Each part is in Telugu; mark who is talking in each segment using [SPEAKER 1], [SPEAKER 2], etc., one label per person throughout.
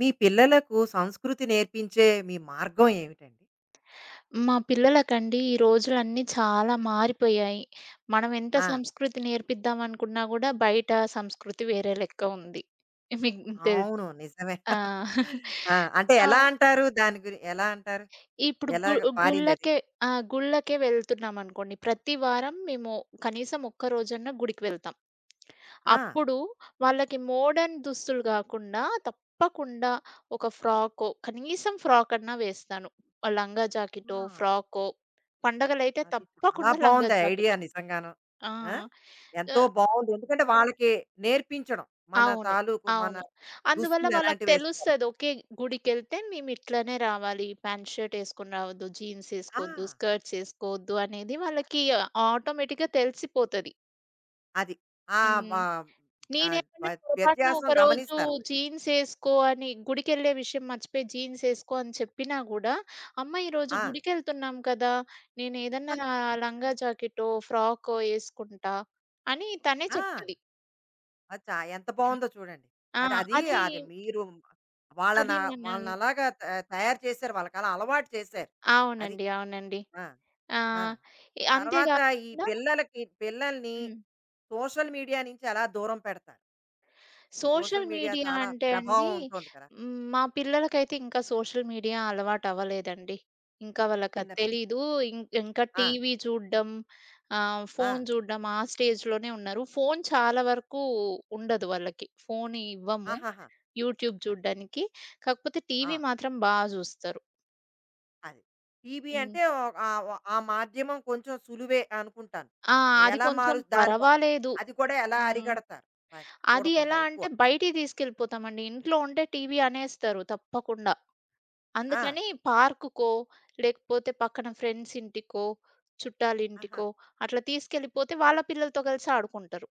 [SPEAKER 1] మీ పిల్లలకు సంస్కృతి నేర్పించే మీ మార్గం ఏమిటండి?
[SPEAKER 2] మా పిల్లలకండి ఈ రోజులన్నీ చాలా మారిపోయాయి. మనం ఎంత
[SPEAKER 1] ఆ!
[SPEAKER 2] సంస్కృతి నేర్పిద్దాం అనుకున్నా గూడా బయట సంస్కృతి వేరే లెక్క ఉంది. మీకు తెల్
[SPEAKER 1] అవును. నిజమే.
[SPEAKER 2] ఆ!
[SPEAKER 1] ఆ! అంటే
[SPEAKER 2] ఆ!
[SPEAKER 1] ఎలా అంటారు? దాని గురి ఎలా అంటారు?
[SPEAKER 2] ఇప్పుడు గు
[SPEAKER 1] ఎలాగ మారిందది?
[SPEAKER 2] గుళ్ళకే ఆ! గుళ్ళకే వెళ్తున్నామనుకోండి. ప్రతి వారం మేము కనీసం ఒక్కరోజన్నా గుడికి వెళ్తాం.
[SPEAKER 1] ఆ!
[SPEAKER 2] అప్పుడు వాళ్ళకి మోడర్న్ దుస్తులు గాకుండా తప్పకుండా ఒక ఫ్రాకో, కనీసం ఫ్రాకన్నా వేస్తాను. ఆ లంగా
[SPEAKER 1] ఆ!
[SPEAKER 2] జాకెటో, ఫ్రాకో పండగలైతే
[SPEAKER 1] అది చాలా
[SPEAKER 2] తప్పకుండా లంగా
[SPEAKER 1] బావుంది ఐడియా
[SPEAKER 2] జాకెట్.
[SPEAKER 1] నిజంగాను.
[SPEAKER 2] ఆ!
[SPEAKER 1] ఆ! ఎంతో
[SPEAKER 2] ఆహ్,
[SPEAKER 1] బావుంది. ఎందుకంటే వాళ్ళకి నేర్పించడం. మన
[SPEAKER 2] అవును.
[SPEAKER 1] తాలూకు మన
[SPEAKER 2] అవును. అందువల్ల
[SPEAKER 1] దుస్తులు
[SPEAKER 2] వాళ్ళకి
[SPEAKER 1] ఎలాంటివి వేసుకోవాలి.
[SPEAKER 2] తెలుస్తది. ఓకే. గుడికెళ్తే మేము ఇట్లనే రావాలి. ప్యాంట్ షర్ట్ ఏసుకొని రావద్దు. జీన్స్
[SPEAKER 1] ఆ!
[SPEAKER 2] ఏసుకోవద్దు. స్కర్ట్స్ ఏసుకోవద్దు అనేది వాళ్ళకి ఆటోమేటిక్‌గా తెలిసిపోతది.
[SPEAKER 1] అది. ఆ! వ
[SPEAKER 2] హ్మ్.
[SPEAKER 1] ఆహ్, వ
[SPEAKER 2] నేనేమన్నా పొరపాటున
[SPEAKER 1] వ్యత్యాసం
[SPEAKER 2] ఒకరోజు
[SPEAKER 1] గమనిస్తారు వాళ్ళు.
[SPEAKER 2] జీన్స్ ఏసుకో అని గుడికెళ్ళే విషయం మర్చిపోయి జీన్స్ ఏసుకో అని చెప్పినా గూడా, అమ్మ ఈరోజు
[SPEAKER 1] ఆ!
[SPEAKER 2] గుడికెళ్తున్నాం కదా! నేనేదన్నా లంగా జాకెట్టో, ఫ్రాకో ఏసుకుంటా అని తనే
[SPEAKER 1] ఆ!
[SPEAKER 2] చెప్తది.
[SPEAKER 1] అది ఎంత
[SPEAKER 2] హ్మ్.
[SPEAKER 1] బావుందో చూడండి.
[SPEAKER 2] ఆ!
[SPEAKER 1] అది అది
[SPEAKER 2] అది
[SPEAKER 1] అది మీరు వాళ్ళన
[SPEAKER 2] అది మనం
[SPEAKER 1] వాళ్ళనలాగా తయారు చేశారు. వాళ్ళకలా అలవాటు చేశారు. అది.
[SPEAKER 2] అవునండి. అవునండి.
[SPEAKER 1] ఆ!
[SPEAKER 2] ఆ!
[SPEAKER 1] ఆ!
[SPEAKER 2] ఎ అంతే
[SPEAKER 1] తర్వాత ఈ
[SPEAKER 2] గాకుండా
[SPEAKER 1] పిల్లలకి పిల్లల్ని
[SPEAKER 2] హ్మ్.
[SPEAKER 1] సోషల్ మీడియా నుంచి ఎలా దూరం పెడతారు? ఈ సోషల్
[SPEAKER 2] సోషల్
[SPEAKER 1] మీడియా
[SPEAKER 2] మీడియా
[SPEAKER 1] చాలా
[SPEAKER 2] అంటే అండి,
[SPEAKER 1] ప్రభావం ఉంటుంది కదా!
[SPEAKER 2] మా పిల్లలకైతే ఇంకా సోషల్ మీడియా అలవాటవ్వలేదండి. ఇంకా
[SPEAKER 1] చిన్న
[SPEAKER 2] వాళ్ళకది
[SPEAKER 1] పిల్లలు.
[SPEAKER 2] తెలీదు. ఇంకా
[SPEAKER 1] ఆ!
[SPEAKER 2] టీవీ చూడ్డం,
[SPEAKER 1] ఆ!
[SPEAKER 2] ఫోను చూడ్డం ఆ స్టేజ్‌లోనే ఉన్నారు. ఫోను చాలా వరకు ఉండదు వాళ్ళకి. ఫోను ఇవ్వము
[SPEAKER 1] ఆహాహా!
[SPEAKER 2] యూట్యూబ్
[SPEAKER 1] అది.
[SPEAKER 2] చూడ్డానికి. కాకపోతే
[SPEAKER 1] ఆ!
[SPEAKER 2] టీవీ మాత్రం బా చూస్తారు.
[SPEAKER 1] అది. టీవీ
[SPEAKER 2] హ్మ్.
[SPEAKER 1] అంటే ఒక్ ఆహ్, ఒ ఆ మాధ్యమం కొంచెం సులువే అనుకుంటాను.
[SPEAKER 2] ఆ! అది
[SPEAKER 1] ఎలా
[SPEAKER 2] కొంచెం
[SPEAKER 1] మారు దాని వ
[SPEAKER 2] పర్వాలేదు.
[SPEAKER 1] అది కూడా ఎలా
[SPEAKER 2] హ్మ్.
[SPEAKER 1] అరిగడతారు? వాటిని
[SPEAKER 2] అది
[SPEAKER 1] చూడకుండా
[SPEAKER 2] ఎలా
[SPEAKER 1] ఎక్కువ.
[SPEAKER 2] అంటే బయటికి తీసుకెళ్ళిపోతామండి. ఇంట్లో ఉంటే టీవీ అనేస్తారు తప్పకుండా.
[SPEAKER 1] ఆ!
[SPEAKER 2] అందుకని పార్కుకో, లేకపోతే పక్కన ఫ్రెండ్స్ ఇంటికో,
[SPEAKER 1] ఆహా!
[SPEAKER 2] చుట్టాలింటికో అట్లా తీసుకెళ్ళిపోతే వాళ్ళ పిల్లలతో కలిసి ఆడుకుంటారు.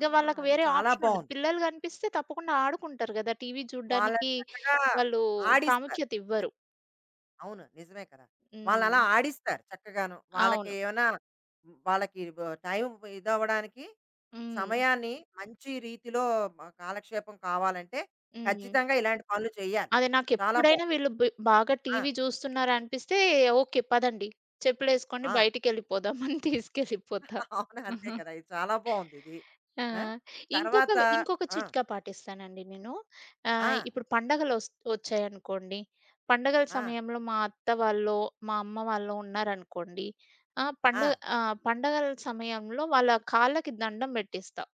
[SPEAKER 1] ఆ!
[SPEAKER 2] వాళ్ళకి
[SPEAKER 1] అది
[SPEAKER 2] వేరే
[SPEAKER 1] చాలా
[SPEAKER 2] ఆప్షన్ ఉండదు.
[SPEAKER 1] బావుంది.
[SPEAKER 2] పిల్లలు కనిపిస్తే తప్పకుండా ఆడుకుంటారు గదా! టీవీ
[SPEAKER 1] వాళ్ళని
[SPEAKER 2] చూడ్డానికి
[SPEAKER 1] చక్కగా
[SPEAKER 2] వాళ్ళు
[SPEAKER 1] ఆడిస్తారు.
[SPEAKER 2] ప్రాముఖ్యత ఇవ్వరు.
[SPEAKER 1] అది. అవును. నిజమే కదా!
[SPEAKER 2] హ్మ్.
[SPEAKER 1] వాళ్ళనలా ఆడిస్తారు చక్కగాను. వాళ్ళకి
[SPEAKER 2] అవును.
[SPEAKER 1] ఏమైనా మ్, వాళ్ళకి బ టైం ఇదవ్వడానికి
[SPEAKER 2] హ్మ్.
[SPEAKER 1] సమయాన్ని మంచి రీతిలో కాలక్షేపం కావాలంటే
[SPEAKER 2] హ్మ్.
[SPEAKER 1] ఖచ్చితంగా ఇలాంటి పనులు చేయాలి.
[SPEAKER 2] అదే
[SPEAKER 1] చాలా
[SPEAKER 2] నాకెప్పుడైనా
[SPEAKER 1] బావుంది.
[SPEAKER 2] వీళ్ళు బి బాగా
[SPEAKER 1] ఆ!
[SPEAKER 2] టీవీ చూస్తున్నారనిపిస్తే ఓకే. పదండి చెప్పులేసుకోండి
[SPEAKER 1] ఆ!
[SPEAKER 2] బయటికెళ్ళిపోదాం అని తీసుకెళ్ళిపోతా.
[SPEAKER 1] అవును. అంతే కదా! ఇది చాలా బావుందిది.
[SPEAKER 2] ఆ!
[SPEAKER 1] ఆ!
[SPEAKER 2] ఇంకొక
[SPEAKER 1] తర్వాత
[SPEAKER 2] ఇంకొక
[SPEAKER 1] ఆ!
[SPEAKER 2] చిట్కా పాటిస్తానండి నేను.
[SPEAKER 1] ఆ!
[SPEAKER 2] ఇప్పుడు పండగలొస్ వచ్చాయనుకోండి, పండగల
[SPEAKER 1] ఆ!
[SPEAKER 2] సమయంలో మా అత్త వాళ్ళో, మా అమ్మ వాళ్ళో ఉన్నారనుకోండి,
[SPEAKER 1] ఆ!
[SPEAKER 2] పండగల సమయంలో వాళ్ళ కాళ్ళకి దండం పెట్టిస్తా.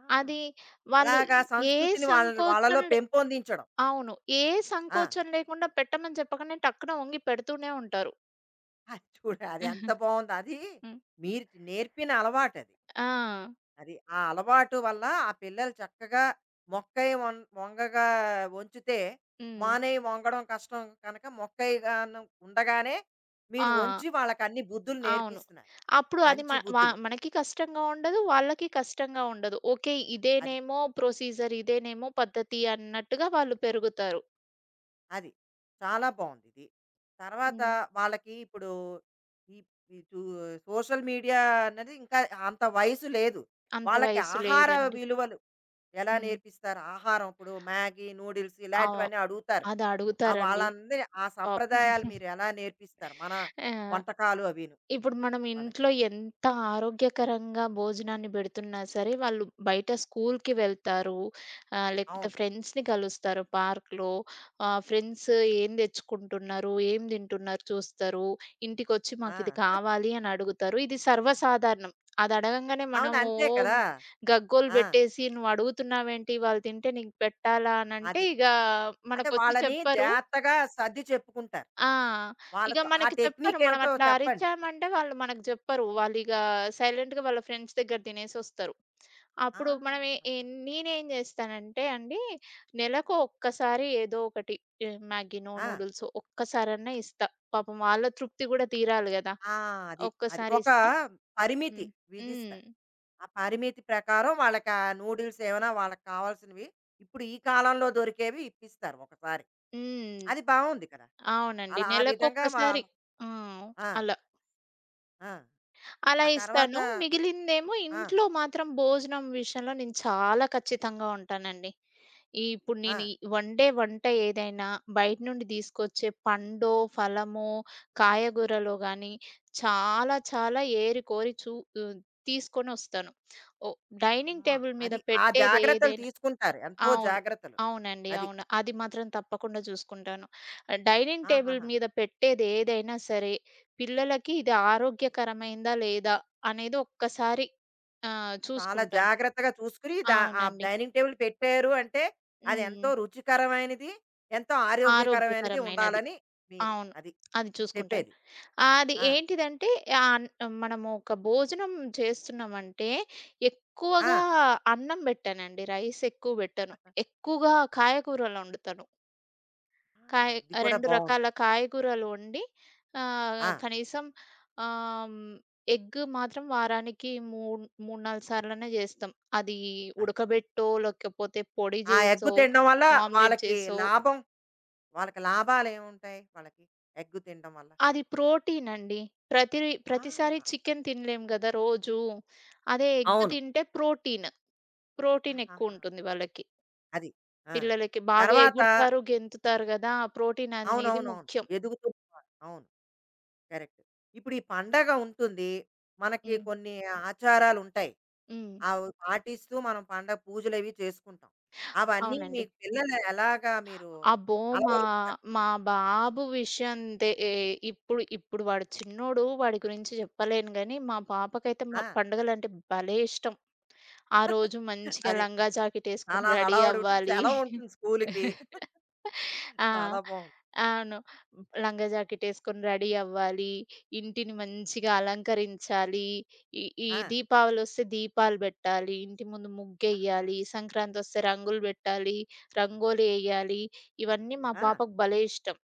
[SPEAKER 1] ఆ!
[SPEAKER 2] అది వాళ్ళు
[SPEAKER 1] అలాగా
[SPEAKER 2] ఏ
[SPEAKER 1] సంస్కృతిని
[SPEAKER 2] సంకోచం
[SPEAKER 1] వాళ్ళలో
[SPEAKER 2] లే
[SPEAKER 1] పెంపొందించడం.
[SPEAKER 2] అవును. ఏ
[SPEAKER 1] ఆ!
[SPEAKER 2] సంకోచం లేకుండా పెట్టమని చెప్పకనే టక్కున వంగి పెడుతూనే ఉంటారు.
[SPEAKER 1] అది చూడు అది ఎంత
[SPEAKER 2] ఆహా!
[SPEAKER 1] బావుందో. అది
[SPEAKER 2] హ్మ్.
[SPEAKER 1] మీరు నేర్పిన అలవాటది. అది.
[SPEAKER 2] ఆ!
[SPEAKER 1] అది ఆ అలవాటు వల్ల ఆ పిల్లలు చక్కగా మొక్కై వం వంగగా వంచితే
[SPEAKER 2] హ్మ్.
[SPEAKER 1] మానేయి వంగడం కష్టం కనుక మొక్కైగాను ఉండగానే మీరు
[SPEAKER 2] ఆ!
[SPEAKER 1] వంచి వాళ్ళకన్ని బుద్ధులు
[SPEAKER 2] అవును.
[SPEAKER 1] నేర్పిస్తున్నారు.
[SPEAKER 2] అప్పుడు అది మ
[SPEAKER 1] మంచి
[SPEAKER 2] వ
[SPEAKER 1] బుద్ధులు.
[SPEAKER 2] మనకి కష్టంగా ఉండదు. వాళ్ళకి కష్టంగా ఉండదు. ఓకే.
[SPEAKER 1] అది.
[SPEAKER 2] ఇదేనేమో ప్రొసీజర్, ఇదేనేమో పద్ధతి అన్నట్టుగా వాళ్ళు పెరుగుతారు.
[SPEAKER 1] అది. చాలా బావుందిది. తర్వాత
[SPEAKER 2] హ్మ్.
[SPEAKER 1] వాళ్ళకి ఇప్పుడు ఈ ఈ చూ సోషల్ మీడియా అన్నది ఇంకా అంత వయసు లేదు.
[SPEAKER 2] అంత
[SPEAKER 1] వాళ్ళకి
[SPEAKER 2] వయసు
[SPEAKER 1] ఆహార
[SPEAKER 2] లేదండి.
[SPEAKER 1] విలువలు ఎలా
[SPEAKER 2] హ్మ్.
[SPEAKER 1] నేర్పిస్తారు? ఆహారం ఇప్పుడు మ్యాగీ, నూడిల్స్
[SPEAKER 2] ఆ!
[SPEAKER 1] ఇలాంటివన్నీ అడుగుతారు.
[SPEAKER 2] అది
[SPEAKER 1] ఆ
[SPEAKER 2] అడుగుతారండి.
[SPEAKER 1] వాళ్ళందరి ఆ
[SPEAKER 2] పాపం.
[SPEAKER 1] సంప్రదాయాలు మీరు ఎలా నేర్పిస్తారు? మన
[SPEAKER 2] ఆ!
[SPEAKER 1] వంటకాలు అవిను
[SPEAKER 2] ఇప్పుడు మనం
[SPEAKER 1] వాళ్ళకి.
[SPEAKER 2] ఇంట్లో ఎంత ఆరోగ్యకరంగా భోజనాన్ని బెడుతున్నా సరే, వాళ్ళు బయట స్కూల్‌కి వెళ్తారు. లేకపోతే
[SPEAKER 1] అవును.
[SPEAKER 2] ఫ్రెండ్స్‌ని కలుస్తారు పార్క్‌లో. ఫ్రెండ్స్ ఏం తెచ్చుకుంటున్నారు, ఏం తింటున్నారు చూస్తారు. ఇంటికొచ్చి మాకిది
[SPEAKER 1] ఆ!
[SPEAKER 2] కావాలి అని అడుగుతారు. ఇది సర్వసాధారణం. అది అడగంగానే మనం
[SPEAKER 1] అవును.
[SPEAKER 2] ఓ
[SPEAKER 1] అంతే కదా!
[SPEAKER 2] గగ్గోలు
[SPEAKER 1] ఆ!
[SPEAKER 2] బెట్టేసి, "నువ్వు అడుగుతున్నావేంటి? వాళ్ళు తింటే నీకు పెట్టాలా?" అనంటే
[SPEAKER 1] అది.
[SPEAKER 2] ఇగా
[SPEAKER 1] అంటే
[SPEAKER 2] మనకొచ్చి
[SPEAKER 1] వాళ్ళని
[SPEAKER 2] చెప్పరు.
[SPEAKER 1] జాగ్రత్తగా సర్ది చెప్పుకుంటారు.
[SPEAKER 2] ఆ! ఇక
[SPEAKER 1] వాళ్ళతో ఆ
[SPEAKER 2] మనకి చెప్పరు.
[SPEAKER 1] టెక్నిక్
[SPEAKER 2] మనం
[SPEAKER 1] ఏమిటో
[SPEAKER 2] అట్లా
[SPEAKER 1] చెప్పండి కొంచెం.
[SPEAKER 2] అరిచామంటే వాళ్ళు మనకు జెప్పరు. వాళ్ళిగ సైలెంట్‌గా వాళ్ళ ఫ్రెండ్స్ దగ్గర తినేసొస్తారు.
[SPEAKER 1] ఆ!
[SPEAKER 2] అప్పుడు మనం ఎ ఎ నేనేం జేస్తానంటే అండి, నెలకు ఒక్కసారి ఏదో ఒకటి మ్యాగీనో,
[SPEAKER 1] ఆ!
[SPEAKER 2] నూడిల్సో ఒక్కసారన్నా ఇస్తా. పాపం వాళ్ళ తృప్తి గూడా తీరాలి గదా!
[SPEAKER 1] ఆ! అది. అది.
[SPEAKER 2] ఒక్కసారి
[SPEAKER 1] ఒక
[SPEAKER 2] ఇస్తా.
[SPEAKER 1] పరిమితి
[SPEAKER 2] హ్మ్. హ్మ్.
[SPEAKER 1] విధిస్తారు. ఆ పరిమితి ప్రకారం వాళ్ళకి ఆ నూడిల్స్ ఏమైనా వాళ్ళకి కావాల్సినవి ఇప్పుడు ఈ కాలంలో దొరికేవి ఇప్పిస్తారు ఒకసారి.
[SPEAKER 2] హ్మ్.
[SPEAKER 1] అది బావుంది కదా!
[SPEAKER 2] అవునండి.
[SPEAKER 1] అలా ఆ విధంగా మా
[SPEAKER 2] నెలకొక్కసారి. ఆ!
[SPEAKER 1] ఆ!
[SPEAKER 2] అలా.
[SPEAKER 1] ఆ!
[SPEAKER 2] అలా
[SPEAKER 1] ఆ తర్వాత
[SPEAKER 2] ఇస్తాను. మిగిలిందేమో
[SPEAKER 1] ఆ!
[SPEAKER 2] ఇంట్లో మాత్రం భోజనం విషయంలో నేను చాలా ఖచ్చితంగా ఉంటానండి. ఇప్పుడు
[SPEAKER 1] ఆ!
[SPEAKER 2] నేను ఈ వండే వంట ఏదైనా బయట నుండి తీసుకొచ్చే పండో, ఫలమో, కాయగూరలో గాని చాలా చాలా ఏరి కోరి చూ ఆహ్, తీసుకొనొస్తాను. ఓ డైనింగ్
[SPEAKER 1] అమ్మ!
[SPEAKER 2] టేబుల్ మీద
[SPEAKER 1] అది ఆ జాగ్రత్తలు
[SPEAKER 2] పెట్టేదేదైనా
[SPEAKER 1] తీసుకుంటారు. ఎంతో
[SPEAKER 2] అవును.
[SPEAKER 1] జాగ్రత్తలు.
[SPEAKER 2] అవునండి.
[SPEAKER 1] అది.
[SPEAKER 2] అవును. అది మాత్రం తప్పకుండా చూసుకుంటాను. డైనింగ్ టేబుల్
[SPEAKER 1] ఆహాహా!
[SPEAKER 2] మీద పెట్టేదేదైనా సరే, పిల్లలకి ఇది ఆరోగ్యకరమైందా లేదా అనేది ఒక్కసారి
[SPEAKER 1] చాలా
[SPEAKER 2] చూసుకుంటాను.
[SPEAKER 1] జాగ్రత్తగా చూసుకుని ఆ
[SPEAKER 2] అవునండి.
[SPEAKER 1] డైనింగ్ టేబుల్ పెట్టారు అంటే అది
[SPEAKER 2] హ్మ్.
[SPEAKER 1] ఎంతో రుచికరమైనది, ఎంతో ఆరోగ్యకరమైనది
[SPEAKER 2] ఆరోగ్యకరమైనది.
[SPEAKER 1] ఉండాలని మీరు
[SPEAKER 2] అవును.
[SPEAKER 1] అది
[SPEAKER 2] అది చూసుకుంటాను.
[SPEAKER 1] చెప్పేది.
[SPEAKER 2] అది
[SPEAKER 1] ఆ!
[SPEAKER 2] ఏంటిదంటే ఆహ్, మనము ఒక భోజనం చేస్తున్నామంటే
[SPEAKER 1] ఆ!
[SPEAKER 2] ఎక్కువగా అన్నం పెట్టనండి. రైస్ ఎక్కువ పెట్టను. ఎక్కువగా
[SPEAKER 1] అదే.
[SPEAKER 2] కాయగూరలొండుతాను.
[SPEAKER 1] ఆ!
[SPEAKER 2] కాయ
[SPEAKER 1] ఇది కూడా
[SPEAKER 2] 2
[SPEAKER 1] బావుంది.
[SPEAKER 2] రకాల కాయగూరలు వండి ఆహ్,
[SPEAKER 1] ఆ!
[SPEAKER 2] కనీసం ఆహ్, హ్మ్, ఎగ్ మాత్రం వారానికి మూడ్ 3, 4 సార్లన్నా జేస్తాం. అది
[SPEAKER 1] అది.
[SPEAKER 2] ఉడకబెట్టో, లేకపోతే పొడి
[SPEAKER 1] ఆ ఎగ్గు
[SPEAKER 2] జేసో,
[SPEAKER 1] తినడం వల్ల
[SPEAKER 2] ఆమ్లెట్
[SPEAKER 1] వాళ్ళకి
[SPEAKER 2] చేసో
[SPEAKER 1] లాభం వాళ్ళకి లాభాలేముంటాయి వాళ్ళకి ఎగ్గు తినడం వల్ల?
[SPEAKER 2] అది ప్రోటీన్ అండి. ప్రతి
[SPEAKER 1] ఆ!
[SPEAKER 2] ప్రతిసారి చికెన్ తినలేం గదా! రోజు. అదే ఎగ్
[SPEAKER 1] అవును.
[SPEAKER 2] తింటే ప్రోటీన్. ప్రోటీన్
[SPEAKER 1] ఆహాహా!
[SPEAKER 2] ఎక్కువుంటుంది వాళ్ళకి.
[SPEAKER 1] అది. ఆ!
[SPEAKER 2] పిల్లలకి బాగా
[SPEAKER 1] తర్వాత
[SPEAKER 2] ఎగురుతారు, గెంతుతారు గదా! ప్రోటీన్ అనేది
[SPEAKER 1] అవునవునవును.
[SPEAKER 2] ముఖ్యం.
[SPEAKER 1] ఎదుగుతున్న అవును. కరెక్ట్. ఇప్పుడు ఈ పండగ ఉంటుంది. మనకి
[SPEAKER 2] హ్మ్.
[SPEAKER 1] కొన్ని ఆచారాలు ఉంటాయి.
[SPEAKER 2] హ్మ్.
[SPEAKER 1] అవి పాటిస్తూ మనం పండగ పూజలవి చేసుకుంటాం. అవన్నీ మీ
[SPEAKER 2] అవునండి.
[SPEAKER 1] పిల్లలు ఎలాగా మీరు
[SPEAKER 2] అబ్బో! మా
[SPEAKER 1] అలవరు
[SPEAKER 2] మా బాబు విషయందే ఏ ఇప్పుడు ఇప్పుడు వాడు చిన్నోడు. వాడి గురించి చెప్పలేను గానీ, మా పాపకైతే
[SPEAKER 1] ఆ!
[SPEAKER 2] మా పండుగలంటే భలే ఇష్టం. ఆ రోజు మంచిగా
[SPEAKER 1] అదే.
[SPEAKER 2] లంగా జాకెట్ ఏసుకొని
[SPEAKER 1] చాలా
[SPEAKER 2] రెడీ
[SPEAKER 1] హడావుడి ఉంటుంది.
[SPEAKER 2] అవ్వాలి.
[SPEAKER 1] సెలవు ఉంటుంది స్కూలుకి.
[SPEAKER 2] ఆ!
[SPEAKER 1] చాలా బావుంది.
[SPEAKER 2] అవును. లంగా జాకెట్ ఏసుకొని రెడీ అవ్వాలి. ఇంటిని మంచిగా అలంకరించాలి. ఈ ఈ
[SPEAKER 1] ఆ!
[SPEAKER 2] దీపావళొస్తే దీపాలు బెట్టాలి. ఇంటి ముందు
[SPEAKER 1] ఆహాహా!
[SPEAKER 2] ముగ్గెయ్యాలి. సంక్రాంతొస్తే రంగులు బెట్టాలి. రంగోలి ఎయ్యాలి. ఇవన్నీ మా
[SPEAKER 1] ఆ!
[SPEAKER 2] పాపకు భలే ఇష్టం.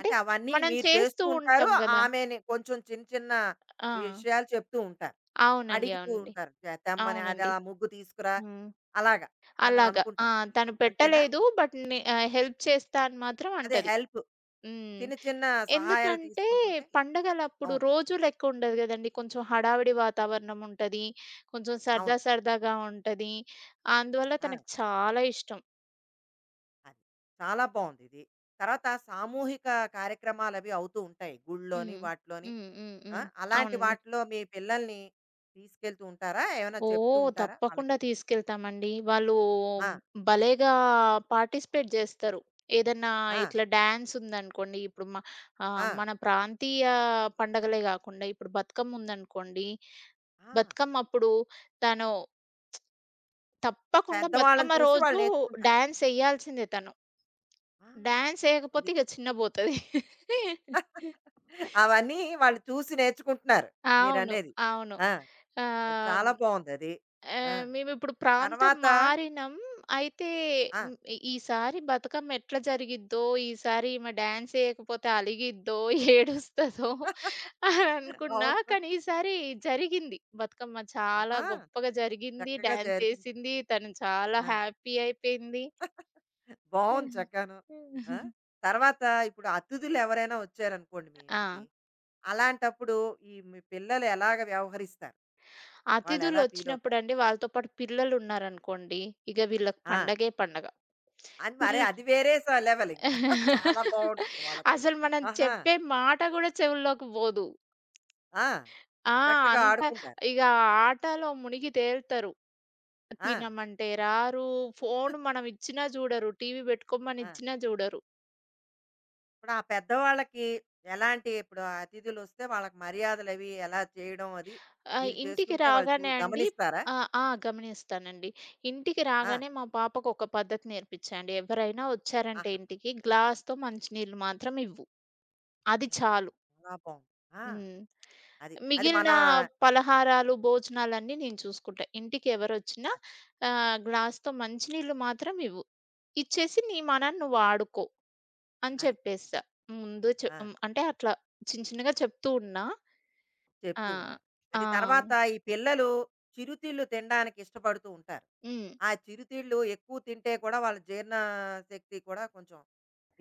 [SPEAKER 1] అంటే అవన్నీ
[SPEAKER 2] మనం
[SPEAKER 1] మీరు చేస్తూ
[SPEAKER 2] చేస్తూ
[SPEAKER 1] ఉంటారు.
[SPEAKER 2] ఉంటాం గదా!
[SPEAKER 1] ఆమెని కొంచెం చిన్న చిన్న
[SPEAKER 2] ఆ!
[SPEAKER 1] విషయాలు చెప్తూ ఉంటారు.
[SPEAKER 2] అవునండి.
[SPEAKER 1] అడుగుతూ
[SPEAKER 2] అవునండి.
[SPEAKER 1] ఉంటారు. తెమ్మని అది
[SPEAKER 2] అవునండి.
[SPEAKER 1] ఆ ముగ్గు తీసుకురా
[SPEAKER 2] హ్మ్.
[SPEAKER 1] అలాగా అని
[SPEAKER 2] అలాగా. ఆ!
[SPEAKER 1] అనుకుంటారు.
[SPEAKER 2] తను
[SPEAKER 1] అంతేనా?
[SPEAKER 2] పెట్టలేదు. బట్ నే హెల్ప్ చేస్తా అని మాత్రం
[SPEAKER 1] అదే
[SPEAKER 2] అంటది.
[SPEAKER 1] హెల్ప్.
[SPEAKER 2] హ్మ్.
[SPEAKER 1] చిన్న చిన్న సహాయాలు
[SPEAKER 2] ఎందుకంటే
[SPEAKER 1] తీసుకుంటుంటే
[SPEAKER 2] పండగలప్పుడు
[SPEAKER 1] అవును.
[SPEAKER 2] రోజు లెక్క ఉండదు గదండీ. కొంచెం హడావిడి వాతావరణం ఉంటది. కొంచెం
[SPEAKER 1] అవును.
[SPEAKER 2] సరదా సరదాగా ఉంటది. అందువల్ల
[SPEAKER 1] ఆ!
[SPEAKER 2] తనకు చాలా ఇష్టం.
[SPEAKER 1] అది. చాలా బావుందిది. తర్వాత సామూహిక కార్యక్రమాలవి అవుతూ ఉంటాయి. గుడిలోని,
[SPEAKER 2] హ్మ్.
[SPEAKER 1] వాటిలోని.
[SPEAKER 2] హ్మ్. హ్మ్.
[SPEAKER 1] ఆ!
[SPEAKER 2] హ్మ్.
[SPEAKER 1] అలాంటి
[SPEAKER 2] అవునండి.
[SPEAKER 1] వాటిలో మీ పిల్లల్ని తీసుకెళ్తూ ఉంటారా? ఏమైనా చెప్తూ
[SPEAKER 2] ఓహ్!
[SPEAKER 1] ఉంటారా
[SPEAKER 2] తప్పకుండా
[SPEAKER 1] వాళ్ళకి?
[SPEAKER 2] తీసుకెళ్తామండి. వాళ్ళు
[SPEAKER 1] ఆ!
[SPEAKER 2] భలేగా పార్టిసిపేట్ జేస్తారు. ఏదన్నా
[SPEAKER 1] ఆ!
[SPEAKER 2] ఇట్లా డాన్స్ ఉందనుకోండి,
[SPEAKER 1] ఆ!
[SPEAKER 2] మన ప్రాంతీయ పండగలే గాకుండా ఇప్పుడు బతుకమ్మ ఉందనుకోండి,
[SPEAKER 1] ఆ!
[SPEAKER 2] బతుకమ్మప్పుడు తను తప్పకుండా
[SPEAKER 1] పెద్దవాళ్ళని
[SPEAKER 2] బతుకమ్మ
[SPEAKER 1] చూసి వాళ్ళు
[SPEAKER 2] రోజు
[SPEAKER 1] నేర్చుకుంటారు.
[SPEAKER 2] డాన్స్ ఎయ్యాల్సిందే తను.
[SPEAKER 1] ఆ!
[SPEAKER 2] డాన్స్ ఎయకపోతే
[SPEAKER 1] అది.
[SPEAKER 2] ఇగ చిన్నబోతది.
[SPEAKER 1] అవన్నీ వాళ్ళు చూసి నేర్చుకుంటున్నారు.
[SPEAKER 2] అవును.
[SPEAKER 1] మీరనేది.
[SPEAKER 2] అవును.
[SPEAKER 1] ఆ! అది
[SPEAKER 2] ఆహ్,
[SPEAKER 1] చాలా బావుందది. ఆ!
[SPEAKER 2] ఆహ్, మేమిప్పుడు ప్రాంతం
[SPEAKER 1] తర్వాత
[SPEAKER 2] మారినాం. అయితే
[SPEAKER 1] ఆ!
[SPEAKER 2] ఈసారి బతుకమ్మ ఎట్లా జరిగిద్దో, ఈసారి ఈమె డాన్స్ ఎయకపోతే అలిగిద్దో, ఏడుస్తదో అని అనుకున్నా.
[SPEAKER 1] అవును.
[SPEAKER 2] కానీ ఈసారి జరిగింది. బతుకమ్మ చాలా
[SPEAKER 1] ఆహా!
[SPEAKER 2] గొప్పగా జరిగింది.
[SPEAKER 1] చక్కగా
[SPEAKER 2] డాన్స్
[SPEAKER 1] చేర్పించి
[SPEAKER 2] ఎసింది. తను చాలా
[SPEAKER 1] ఆ!
[SPEAKER 2] హ్యాపీ అయిపోయింది.
[SPEAKER 1] బావుంది
[SPEAKER 2] హ్మ్.
[SPEAKER 1] చక్కగాను. ఆ!
[SPEAKER 2] హ్మ్.
[SPEAKER 1] తర్వాత ఇప్పుడు అతిథులెవరైనా వచ్చారనుకోండి మీ
[SPEAKER 2] ఆ!
[SPEAKER 1] ఇంటికి, అలాంటప్పుడు ఈ మీ పిల్లలు ఎలాగ వ్యవహరిస్తారు? వాళ్ళెలా ఫీలవుతారు?
[SPEAKER 2] అతిథులొచ్చినప్పుడండి వాళ్ళతో పాటు పిల్లలున్నారనుకోండి, ఇగ వీళ్ళకి
[SPEAKER 1] ఆ!
[SPEAKER 2] పండగే పండగ.
[SPEAKER 1] అది మరి
[SPEAKER 2] పిల్
[SPEAKER 1] అది వేరే లెవెలింకా. చాలా బావుంటుంది వాళ్ళకి.
[SPEAKER 2] అసలు మనం
[SPEAKER 1] ఆహా!
[SPEAKER 2] చెప్పే మాట గూడా చెవుల్లోకి పోదు.
[SPEAKER 1] ఆ!
[SPEAKER 2] ఆ!
[SPEAKER 1] చక్కగా
[SPEAKER 2] అంత
[SPEAKER 1] ఆడుకుంటారు.
[SPEAKER 2] ఇగ ఆటలో మునిగి తేలుతరు.
[SPEAKER 1] ఆ!
[SPEAKER 2] తినమంటే రారు, ఫోను మనం ఇచ్చినా జూడరు, టీవీ పెట్టుకోమని
[SPEAKER 1] ఆ!
[SPEAKER 2] ఇచ్చినా జూడరు.
[SPEAKER 1] ఇప్పుడు ఆ పెద్దవాళ్ళకి ఎలాంటి ఇప్పుడు అతిథులొస్తే వాళ్ళకి మర్యాదలవి ఎలా చేయడం అది మీరు
[SPEAKER 2] ఇంటికి
[SPEAKER 1] చేస్తుంటే వాళ్ళు
[SPEAKER 2] రాగానే అండి
[SPEAKER 1] గమనిస్తారా?
[SPEAKER 2] ఆ! ఆ! గమనిస్తానండి. ఇంటికి
[SPEAKER 1] ఆ!
[SPEAKER 2] రాగానే మా పాపకు ఒక పద్ధతి నేర్పించా అండి. ఎవరైనా వచ్చారంటే
[SPEAKER 1] ఆహాహా!
[SPEAKER 2] ఇంటికి గ్లాస్‌తో మంచినీళ్ళు మాత్రం ఇవ్వు. అది
[SPEAKER 1] అది.
[SPEAKER 2] చాలు.
[SPEAKER 1] చాలా బావుంది. ఆ!
[SPEAKER 2] హ్మ్.
[SPEAKER 1] అది. అది మన
[SPEAKER 2] మిగిలిన పలహారాలు, భోజనాలన్నీ నేను చూసుకుంటా. ఇంటికెవరొచ్చినా
[SPEAKER 1] అది.
[SPEAKER 2] గ్లాస్‌తో మంచినీళ్ళు మాత్రం ఇవ్వు. ఇచ్చేసి నీ మనాన నువ్వు ఆడుకో అని
[SPEAKER 1] అది.
[SPEAKER 2] చెప్పేస్తా. ముందు చె
[SPEAKER 1] ఆ!
[SPEAKER 2] హ్మ్. అంటే అట్లా చిన్న చిన్నగా చెప్తూ ఉన్నా. ఆ!
[SPEAKER 1] చెప్తూ ఉన్నారు.
[SPEAKER 2] ఆ!
[SPEAKER 1] అది తర్వాత ఈ పిల్లలు చిరుతిళ్ళు తినడానికి ఇష్టపడుతూ ఉంటారు.
[SPEAKER 2] హ్మ్.
[SPEAKER 1] ఆ చిరుతిళ్ళు ఎక్కువ తింటే కూడా వాళ్ళ జీర్ణ శక్తి కూడా కొంచెం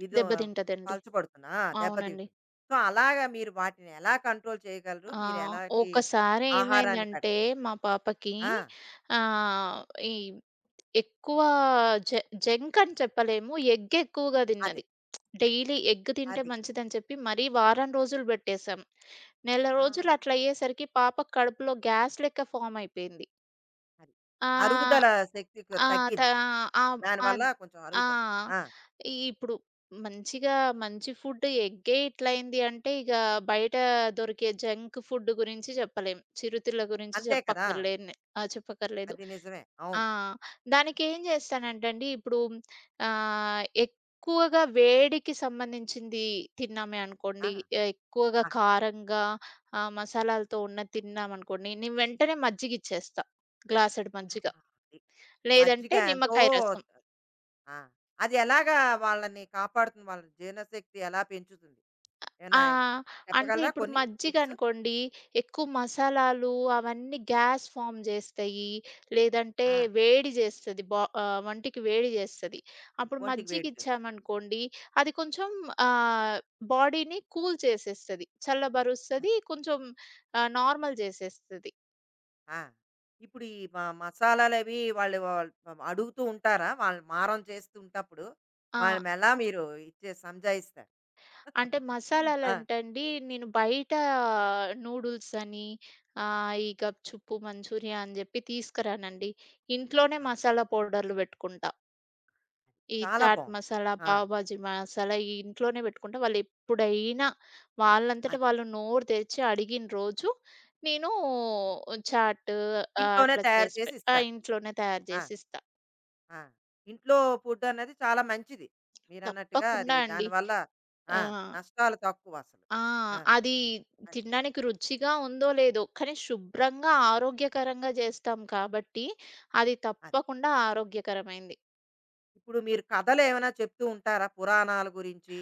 [SPEAKER 1] ఇది
[SPEAKER 2] దెబ్బతింటదండి.
[SPEAKER 1] పలచబడుతుంది. ఆ!
[SPEAKER 2] అవునండి.
[SPEAKER 1] దెబ్బతింటుంది. సో, అలాగా మీరు వాటిని ఎలా కంట్రోల్ చేయగలరు?
[SPEAKER 2] ఆ!
[SPEAKER 1] మీరు ఎలాంటి
[SPEAKER 2] ఒకసారి
[SPEAKER 1] ఆహారాన్ని
[SPEAKER 2] ఏమైందంటే
[SPEAKER 1] పెడతారు?
[SPEAKER 2] మా పాపకి
[SPEAKER 1] ఆ!
[SPEAKER 2] ఆహ్, ఈ ఎక్కువ జ జంక్ అని చెప్పలేము. ఎగ్ ఎక్కువగా
[SPEAKER 1] అదే.
[SPEAKER 2] తిన్నది. డైలీ ఎగ్ తింటే
[SPEAKER 1] అది.
[SPEAKER 2] మంచిదని చెప్పి మరీ వారం రోజులు పెట్టేసాం. నెల
[SPEAKER 1] ఆ!
[SPEAKER 2] రోజులు అట్లా
[SPEAKER 1] అది.
[SPEAKER 2] అయ్యేసరికి పాప కడుపులో గ్యాస్ లెక్క ఫార్మ్ అయిపోయింది.
[SPEAKER 1] అది.
[SPEAKER 2] ఆహ్,
[SPEAKER 1] అరుగుదల శక్తి
[SPEAKER 2] ఆ! త
[SPEAKER 1] తగ్గింది కొంచెం.
[SPEAKER 2] ఆహ్,
[SPEAKER 1] దానివల్ల
[SPEAKER 2] అద్
[SPEAKER 1] కొంచెం
[SPEAKER 2] ఆ!
[SPEAKER 1] అరుగుదల ఆ!
[SPEAKER 2] ఇప్పుడు మంచిగా మంచి ఫుడ్ ఎగ్గే ఇట్లయింది అంటే ఇగ బయట దొరికే జంక్ ఫుడ్ గురించి చెప్పలేం. చిరుతిళ్ళ గురించి
[SPEAKER 1] అంతే కదా!
[SPEAKER 2] చెప్పక్కర్లేని ఆ! చెప్పక్కర్లేదు.
[SPEAKER 1] అది నిజమే.
[SPEAKER 2] ఆ!
[SPEAKER 1] అవును.
[SPEAKER 2] దానికేం చేస్తానంటే అండి, ఇప్పుడు ఎక్కువగా వేడికి సంబంధించింది తిన్నామే
[SPEAKER 1] ఆ!
[SPEAKER 2] అనుకోండి, ఎక్కువగా
[SPEAKER 1] ఆహా!
[SPEAKER 2] కారంగా మసాలాలతో ఉన్నది తిన్నామనుకోండి, నేను వెంటనే మజ్జిగిచ్చేస్తా. గ్లాసెడు మజ్జిగ.
[SPEAKER 1] ఆహా! అది. మజ్జిగ
[SPEAKER 2] లేదంటే
[SPEAKER 1] ఎంతో
[SPEAKER 2] నిమ్మకాయ రసం.
[SPEAKER 1] ఆ! అది ఎలాగా వాళ్ళని కాపాడుతుంది? వాళ్ళ జీర్ణశక్తి ఎలా పెంచుతుంది?
[SPEAKER 2] ఆ!
[SPEAKER 1] ఏమైనా
[SPEAKER 2] అంటే
[SPEAKER 1] చెప్పగలరా
[SPEAKER 2] ఇప్పుడు
[SPEAKER 1] కొన్ని టిప్స్?
[SPEAKER 2] మజ్జిగనుకోండి, ఎక్కువ మసాలాలు అవన్నీ గ్యాస్ ఫార్మ్ జేస్తయి. లేదంటే
[SPEAKER 1] ఆ!
[SPEAKER 2] వేడి జేస్తది. బా వంటికి వేడి జేస్తది. అప్పుడు
[SPEAKER 1] ఒంటికి వేడి చేస్తుంది.
[SPEAKER 2] మజ్జిగిచ్చామనుకోండి, అది కొంచెం ఆహ్, బాడీని కూల్ చేసేస్తది.
[SPEAKER 1] అది.
[SPEAKER 2] చల్లబరుస్తది. కొంచెం నార్మల్ జేసేస్తది.
[SPEAKER 1] ఆ! ఇప్పుడు ఈ మసాలాలవి వాళ్ళు వాళ్ అడుగుతూ ఉంటారా? వాళ్ళు మారం చేస్తూ ఉంటప్పుడు
[SPEAKER 2] ఆ!
[SPEAKER 1] వాళ్ళని ఎలా మీరు సంజాయిస్తారు?
[SPEAKER 2] అంటే
[SPEAKER 1] ఆ!
[SPEAKER 2] మసాలాలంటండి, నేను బయట నూడిల్స్ అని, ఈ గప్‌చుప్పు, మంచూరియా అని జెప్పి తీసుకురానండి. ఇంట్లోనే
[SPEAKER 1] ఆ!
[SPEAKER 2] మసాలా పౌడర్‌లు బెట్టుకుంటా.
[SPEAKER 1] అది.
[SPEAKER 2] ఈ
[SPEAKER 1] చాలా
[SPEAKER 2] చాట్
[SPEAKER 1] బావుంటది.
[SPEAKER 2] మసాలా,
[SPEAKER 1] ఆ!
[SPEAKER 2] పావుబాజీ మసాలా ఈ ఇంట్లోనే బెట్టుకుంటా. వాళ్ళెప్పుడైనా వాళ్ళంతట
[SPEAKER 1] అది.
[SPEAKER 2] వాళ్ళు నోరు తెరిచి అడిగిన రోజు, నేను చాట్ ఆహ్,
[SPEAKER 1] ఇంట్లోనే
[SPEAKER 2] అట్లా
[SPEAKER 1] తయారు
[SPEAKER 2] చేసి పె
[SPEAKER 1] చేసి
[SPEAKER 2] ఆ!
[SPEAKER 1] ఇస్తారు.
[SPEAKER 2] ఇంట్లోనే తయారు
[SPEAKER 1] ఆ!
[SPEAKER 2] జేసిస్తా.
[SPEAKER 1] ఆ! ఇంట్లో ఫుడ్ అన్నది చాలా మంచిది. మీరన్నట్టుగా అది
[SPEAKER 2] తప్పకుండా అండి.
[SPEAKER 1] దానివల్ల
[SPEAKER 2] ఆ!
[SPEAKER 1] ఆ! నష్టాలు తక్కువసలు.
[SPEAKER 2] ఆ!
[SPEAKER 1] ఆ!
[SPEAKER 2] అది
[SPEAKER 1] అది.
[SPEAKER 2] తినడానికి రుచిగా ఉందో లేదో, కానీ శుభ్రంగా ఆరోగ్యకరంగా జేస్తాం కాబట్టి, అది
[SPEAKER 1] అది.
[SPEAKER 2] తప్పకుండా ఆరోగ్యకరమైంది.
[SPEAKER 1] ఇప్పుడు మీరు కథలేమైనా చెప్తూ ఉంటారా? పురాణాల గురించి.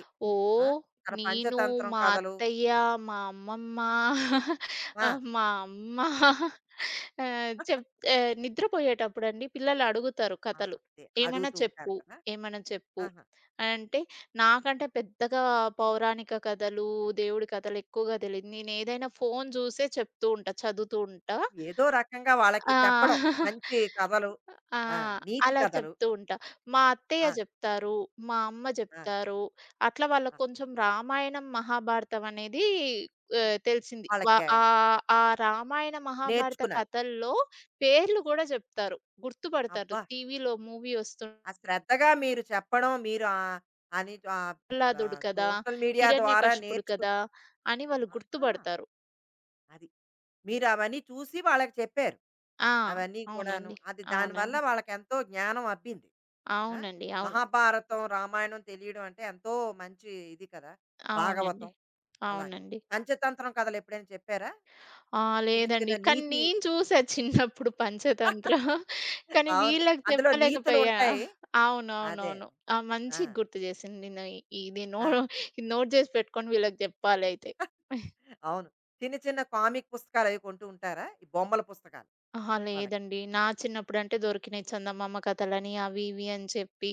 [SPEAKER 1] ఆ!
[SPEAKER 2] ఓహ్!
[SPEAKER 1] మన
[SPEAKER 2] నేను,
[SPEAKER 1] పంచతంత్రం
[SPEAKER 2] మా
[SPEAKER 1] కథలు
[SPEAKER 2] అత్తయ్య,
[SPEAKER 1] అని.
[SPEAKER 2] మా అమ్మమ్మ,
[SPEAKER 1] ఆ!
[SPEAKER 2] మా అమ్మ ఆహ్, చెప్ నిద్రపోయేటప్పుడండి పిల్లలు అడుగుతారు
[SPEAKER 1] ఆ!
[SPEAKER 2] కథలు.
[SPEAKER 1] అదే.
[SPEAKER 2] "ఏమైనా
[SPEAKER 1] అడుగుతూ ఉంటారు
[SPEAKER 2] చెప్పు,
[SPEAKER 1] కదా!
[SPEAKER 2] ఏమైనా చెప్పు"
[SPEAKER 1] ఆహా!
[SPEAKER 2] అనంటే, నాకంటే పెద్దగా పౌరాణిక కథలు, దేవుడి కథలు ఎక్కువగా తెలీదు. నేనేదైనా ఫోను జూసే చెప్తూ ఉంటా, చదువుతూ ఉంటా.
[SPEAKER 1] ఏదో రకంగా వాళ్ళకి
[SPEAKER 2] ఆ!
[SPEAKER 1] చెప్పడం. మంచి కథలు.
[SPEAKER 2] ఆ!
[SPEAKER 1] ఆ! నీతి
[SPEAKER 2] అలా
[SPEAKER 1] కథలు.
[SPEAKER 2] చెప్తూ ఉంటా. మా అత్తయ్య
[SPEAKER 1] ఆ!
[SPEAKER 2] జెప్తారు, మా అమ్మ
[SPEAKER 1] ఆ!
[SPEAKER 2] జెప్తారు. అట్లా వాళ్ళకి
[SPEAKER 1] ఆ!
[SPEAKER 2] కొంచెం రామాయణం, మహాభారతం అనేది తెలిసింది.
[SPEAKER 1] వాళ్ళకి
[SPEAKER 2] ఆ రామాయణ, మహాభారత
[SPEAKER 1] నేర్చుకున్నారు.
[SPEAKER 2] కథల్లో పేర్లు గూడా జెప్తారు. గుర్తుపడతారు.
[SPEAKER 1] అబ్బా!
[SPEAKER 2] టీవీలో మూవీ వస్తు
[SPEAKER 1] ఆ శ్రద్ధగా మీరు చెప్పడం, మీరు ఆహ్, అని ఆహ్, బ
[SPEAKER 2] ప్రహ్లాదుడు కదా!
[SPEAKER 1] సోషల్ మీడియా ద్వారా
[SPEAKER 2] హిరణ్యకశిపుడు
[SPEAKER 1] నేర్చుకుని
[SPEAKER 2] కదా! అని వాళ్ళు
[SPEAKER 1] ఆహా!
[SPEAKER 2] గుర్తుపడతారు.
[SPEAKER 1] అది. మీరు అవన్నీ చూసి వాళ్ళకి చెప్పారు.
[SPEAKER 2] ఆ!
[SPEAKER 1] అవన్నీ కూడాను.
[SPEAKER 2] అవునండి.
[SPEAKER 1] అది దానివల్ల
[SPEAKER 2] అవునండి.
[SPEAKER 1] వాళ్ళకెంతో జ్ఞానం అబ్బింది. ఆ!
[SPEAKER 2] అవునండి. అవును.
[SPEAKER 1] మహాభారతం, రామాయణం తెలియడం అంటే ఎంతో మంచి ఇది కదా!
[SPEAKER 2] అవునండి.
[SPEAKER 1] భాగవతం అలాగా.
[SPEAKER 2] అవునండి.
[SPEAKER 1] పంచతంత్రం కథలు ఎప్పుడైనా చెప్పారా?
[SPEAKER 2] ఆ!
[SPEAKER 1] చిన్న చిన్న
[SPEAKER 2] లేదండి. కానీ
[SPEAKER 1] నీతి
[SPEAKER 2] నేను చూసా చిన్నప్పుడు పంచతంత్ర. కానీ
[SPEAKER 1] అవును.
[SPEAKER 2] వీళ్ళకి
[SPEAKER 1] అందులో
[SPEAKER 2] చెప్పలేకపోయా.
[SPEAKER 1] నీతులుంటాయి. అదే. అదే.
[SPEAKER 2] అవునవునవును. ఆ!
[SPEAKER 1] ఆ!
[SPEAKER 2] మంచిగా గుర్తు చేసింది. నేను ఇది నో
[SPEAKER 1] ఆ!
[SPEAKER 2] ఇది నోట్ చేసి పెట్టుకొని వీళ్ళకి జెప్పాలయితే.
[SPEAKER 1] అవును. చిన్న చిన్న కామిక్ పుస్తకాలవి కొంటూ ఉంటారా? ఈ బొమ్మల పుస్తకాలు
[SPEAKER 2] అహా!
[SPEAKER 1] వాళ్ళకి.
[SPEAKER 2] లేదండి. నా చిన్నప్పుడంటే దొరికినాయి చందమామ కథలని అవి ఇవి అని చెప్పి,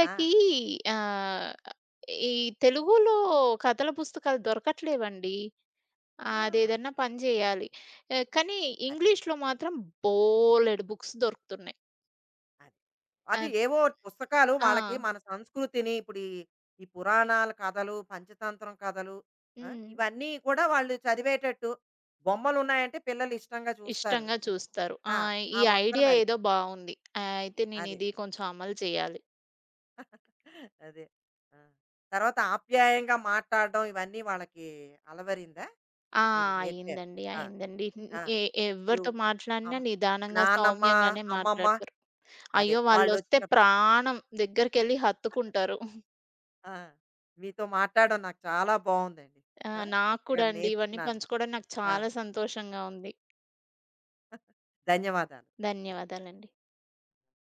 [SPEAKER 1] ఆ!
[SPEAKER 2] ఆహ్, ఈ తెలుగులో కథల పుస్తకాలు దొరకట్లేవండి.
[SPEAKER 1] ఆ!
[SPEAKER 2] అదేదన్నా పని
[SPEAKER 1] అదే.
[SPEAKER 2] జేయాలి. కానీ
[SPEAKER 1] అది.
[SPEAKER 2] ఇంగ్లీష్‌లో మాత్రం బోలెడు బుక్స్ దొరుకుతున్నాయి.
[SPEAKER 1] అది. అది
[SPEAKER 2] అద్
[SPEAKER 1] ఏవో పుస్తకాలు
[SPEAKER 2] ఆ!
[SPEAKER 1] వాళ్ళకి మన సంస్కృతిని ఇప్పుడు ఈ, ఈ పురాణాల కథలు, పంచతంత్రం కథలు ఆ!
[SPEAKER 2] హ్మ్.
[SPEAKER 1] ఇవన్నీ కూడా వాళ్ళు చదివేటట్టు బొమ్మలున్నాయంటే పిల్లలు ఇష్టంగా చూస్తారు.
[SPEAKER 2] ఇష్టంగా చూస్తారు. ఆ!
[SPEAKER 1] ఆ!
[SPEAKER 2] ఈ
[SPEAKER 1] ఆ వంకన
[SPEAKER 2] ఐడియా
[SPEAKER 1] మరి.
[SPEAKER 2] ఏదో బావుంది. అయితే
[SPEAKER 1] అదే.
[SPEAKER 2] నేనిది కొంచెం అమలు చేయాలి.
[SPEAKER 1] అదే. ఆ! తర్వాత ఆప్యాయంగా మాట్లాడడం ఇవన్నీ వాళ్ళకి అలవరిందా?
[SPEAKER 2] ఆ!
[SPEAKER 1] మీరు నేర్పారు.
[SPEAKER 2] అయిందండి.
[SPEAKER 1] ఆ!
[SPEAKER 2] అయిందండి. హ్మ్.
[SPEAKER 1] ఆ!
[SPEAKER 2] ఎ
[SPEAKER 1] ఇప్పుడు
[SPEAKER 2] ఎవరితో మాట్లాడినా
[SPEAKER 1] అమ్
[SPEAKER 2] నిదానంగా,
[SPEAKER 1] నానమ్మ,
[SPEAKER 2] సౌమ్యంగానే
[SPEAKER 1] అమ్మమ్మ
[SPEAKER 2] మాట్లాడతారు.
[SPEAKER 1] అదే
[SPEAKER 2] అయ్యో! వాళ్ళొస్తే
[SPEAKER 1] వాళ్ళొచ్చినప్పుడు.
[SPEAKER 2] ప్రాణం దగ్గరికెళ్లి హత్తుకుంటారు.
[SPEAKER 1] ఆ! మీతో మాట్లాడడం నాకు చాలా బావుందండి.
[SPEAKER 2] ఆ!
[SPEAKER 1] ఆ!
[SPEAKER 2] నాకు
[SPEAKER 1] చక్కగా
[SPEAKER 2] కూడా అండి. ఇవన్నీ
[SPEAKER 1] నేర్చుకున్నాను.
[SPEAKER 2] పంచుకోవడం నాకు
[SPEAKER 1] ఆ!
[SPEAKER 2] చాలా సంతోషంగా ఉంది.
[SPEAKER 1] ధన్యవాదాలు.
[SPEAKER 2] ధన్యవాదాలండి.